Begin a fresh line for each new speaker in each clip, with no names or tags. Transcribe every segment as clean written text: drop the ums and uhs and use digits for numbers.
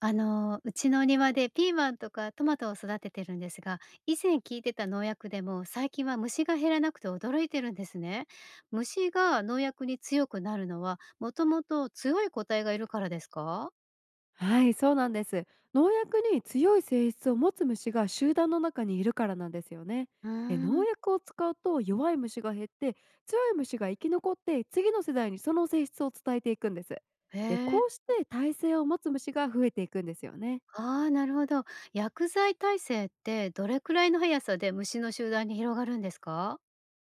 うちの庭でピーマンとかトマトを育ててるんですが、以前聞いてた農薬でも最近は虫が減らなくて驚いてるんですね。虫が農薬に強くなるのは、もともと強い個体がいるからですか？
はい、そうなんです。農薬に強い性質を持つ虫が集団の中にいるからなんですよね。
うー
で、農
ん。
薬を使うと弱い虫が減って、強い虫が生き残って次の世代にその性質を伝えていくんです。
へ
で
え。
こうして耐性を持つ虫が増えていくんですよね。
ああ、なるほど。薬剤耐性ってどれくらいの速さで虫の集団に広がるんですか？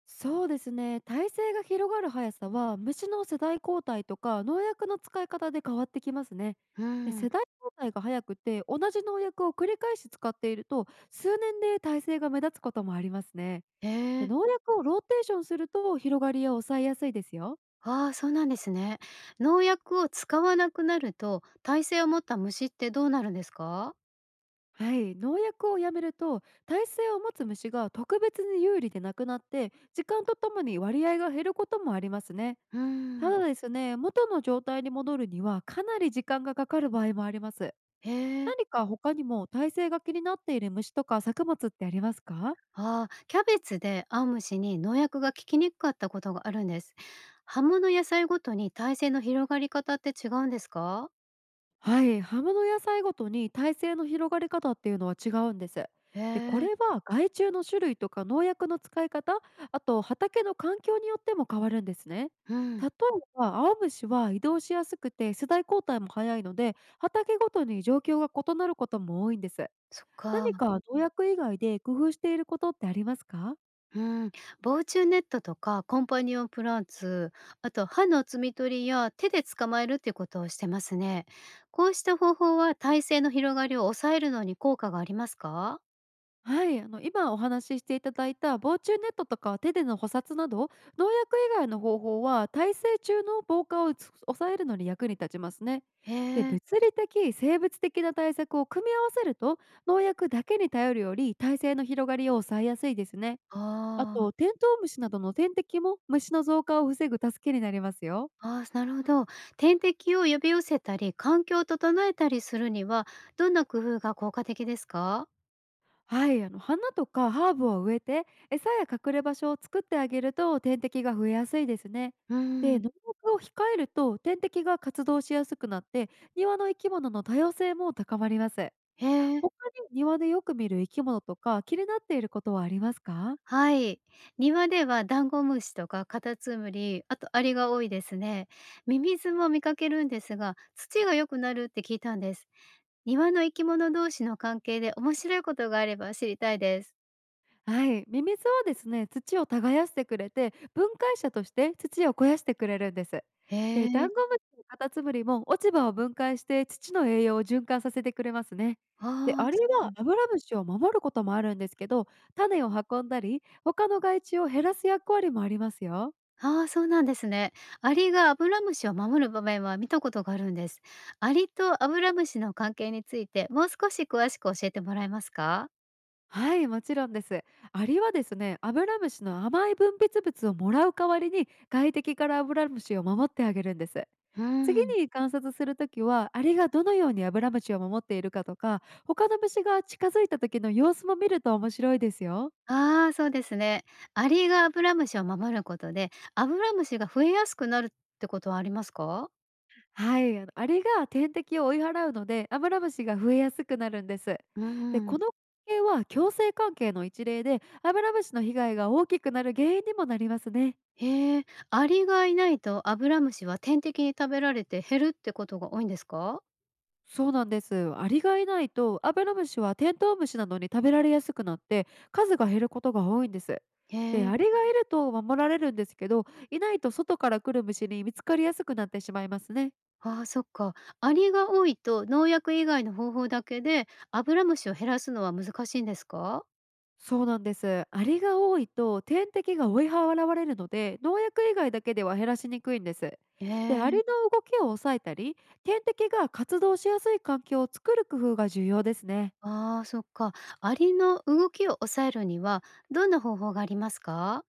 そうですね、耐性が広がる速さは虫の世代交代とか農薬の使い方で変わってきますね。
う
で、
ん。
世代交代が早くて同じ農薬を繰り返し使っていると、数年で耐性が目立つこともありますね。
へ
で、
え。
農薬をローテーションすると広がりを抑えやすいですよ。
ああ、そうなんですね。農薬を使わなくなると、耐性を持った虫ってどうなるんですか？
はい、農薬をやめると耐性を持つ虫が特別に有利でなくなって、時間とともに割合が減ることもありますね。
うー
た
ん。
だですね、元の状態に戻るにはかなり時間がかかる場合もあります。
へえ。
何か他にも体勢が気になっている虫とか作物ってありますか？
ああ、キャベツで青虫に農薬が効きにくかったことがあるんです。葉物野菜ごとに耐性の広がり方って違うんですか？
はい、葉物野菜ごとに体勢の広がり方っていうのは違うんです。
へ
で、こ
え。
れは害虫の種類とか農薬の使い方、あと畑の環境によっても変わるんですね。
うん。
例えば青虫は移動しやすくて世代交代も早いので、畑ごとに状況が異なることも多いんです。
そっか。
何か農薬以外で工夫していることってありますか？
うん。防虫ネットとかコンパニオンプランツ、あと歯の摘み取りや手で捕まえるっていうことをしてますね。こうした方法は耐性の広がりを抑えるのに効果がありますか？
はい、今お話ししていただいた防虫ネットとか手での捕殺など、農薬以外の方法は耐性中の防火をつ抑えるのに役に立ちますね。
へ
で、
え。
物理的生物的な対策を組み合わせると、農薬だけに頼るより耐性の広がりを抑えやすいですね。あ
あ
と
あ。
テントウムシなどの天敵も虫の増加を防ぐ助けになりますよ。
ああ、なるほど。天敵を呼び寄せたり、環境を整えたりするには、どんな工夫が効果的ですか？
はい、花とかハーブを植えて餌や隠れ場所を作ってあげると天敵が増えやすいですね。
う
で、
ん。
農薬を控えると天敵が活動しやすくなって、庭の生き物の多様性も高まります。
へえ、
他に庭でよく見る生き物とか気になっていることはありますか？
はい。庭ではダンゴムシとかカタツムリ、あとアリが多いですね。ミミズも見かけるんですが、土が良くなるって聞いたんです。庭の生き物同士の関係で面白いことがあれば知りたいです。
はい、ミミズはですね、土を耕してくれて、分解者として土を肥やしてくれるんです。
へ
でダ
え、
ンゴムシのカタツムリも落ち葉を分解して土の栄養を循環させてくれますね。で
ああ、
アリ
そっ
は
か。
アブラムシを守ることもあるんですけど、種を運んだり他の害虫を減らす役割もありますよ。
ああ、そうなんですね。アリがアブラムシを守る場面は見たことがあるんです。アリとアブラムシの関係についてもう少し詳しく教えてもらえますか？
はい、もちろんです。アリはですね、アブラムシの甘い分泌物をもらう代わりに、外敵からアブラムシを守ってあげるんです。
う
次
ん。
に観察するときは、アリがどのようにアブラムシを守っているかとか、他の虫が近づいた時の様子も見ると面白いですよ。
ああ、そうですね。アリがアブラムシを守ることで、アブラムシが増えやすくなるってことはありますか？
はい、アリが天敵を追い払うので、アブラムシが増えやすくなるんです。
う
で、
ん。
この関係は共生関係の一例で、アブラムシの被害が大きくなる原因にもなりますね。
へえ、アリがいないとアブラムシは天敵に食べられて減るってことが多いんですか？
そうなんです。アリがいないとアブラムシはテントウムシなどに食べられやすくなって、数が減ることが多いんです。
へ
で
え。
アリがいると守られるんですけど、いないと外から来る虫に見つかりやすくなってしまいますね。
ああ、そっか。アリが多いと農薬以外の方法だけでアブラムシを減らすのは難しいんですか？
そうなんです。アリが多いと天敵が追い払われるので、農薬以外だけでは減らしにくいんです。
え
でアリ
え、
の動きを抑えたり、天敵が活動しやすい環境を作る工夫が重要ですね。
ああー、そっか。アリの動きを抑えるにはどんな方法がありますか？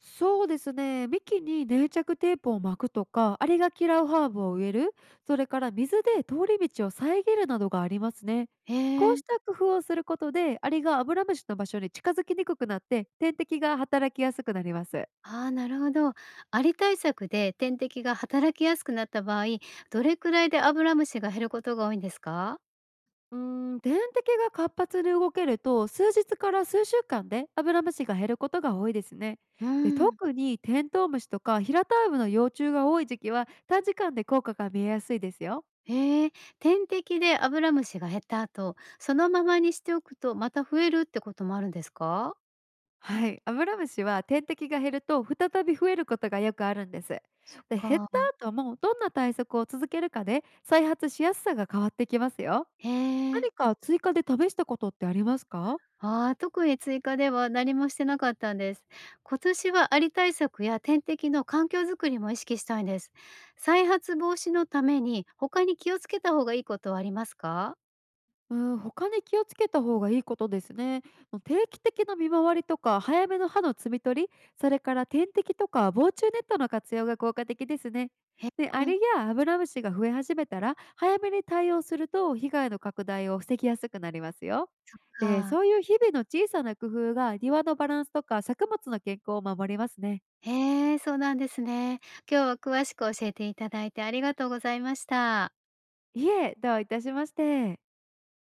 そうですね。幹に粘着テープを巻くとか、アリが嫌うハーブを植える、それから水で通り道を遮るなどがありますね。
え
こう
え、
した工夫をすることで、アリがアブラムシの場所に近づきにくくなって、天敵が働きやすくなります。
ああー、なるほど。アリ対策で天敵が働きやすくなった場合、どれくらいでアブラムシが減ることが多いんですか？
天敵が活発に動けると、数日から数週間でアブラムシが減ることが多いですね。
う
で、
ん。
特にテントウムシとかヒラタウムの幼虫が多い時期は、短時間で効果が見えやすいですよ。
ええ、天敵でアブラムシが減った後、そのままにしておくとまた増えるってこともあるんですか？
はい、アブラムシは天敵が減ると再び増えることがよくあるんです。
そっ
で減っ
か。
た後もどんな対策を続けるかで再発しやすさが変わってきますよ。
へえ。
何か追加で試したことってありますか？
ああ、特に追加では何もしてなかったんです。今年はアリ対策や天敵の環境づくりも意識したいんです。再発防止のために他に気をつけた方がいいことはありますか？
うん、他に気をつけた方がいいことですね。定期的な見回りとか早めの歯の摘み取り、それから点滴とか防虫ネットの活用が効果的ですね。
へえ、
で、アリやアブラムシが増え始めたら早めに対応すると被害の拡大を防ぎやすくなりますよ。で、
か。
そういう日々の小さな工夫が庭のバランスとか作物の健康を守りますね。
へえ、そうなんですね。今日は詳しく教えていただいてありがとうございました。
いえ、どういたしまして。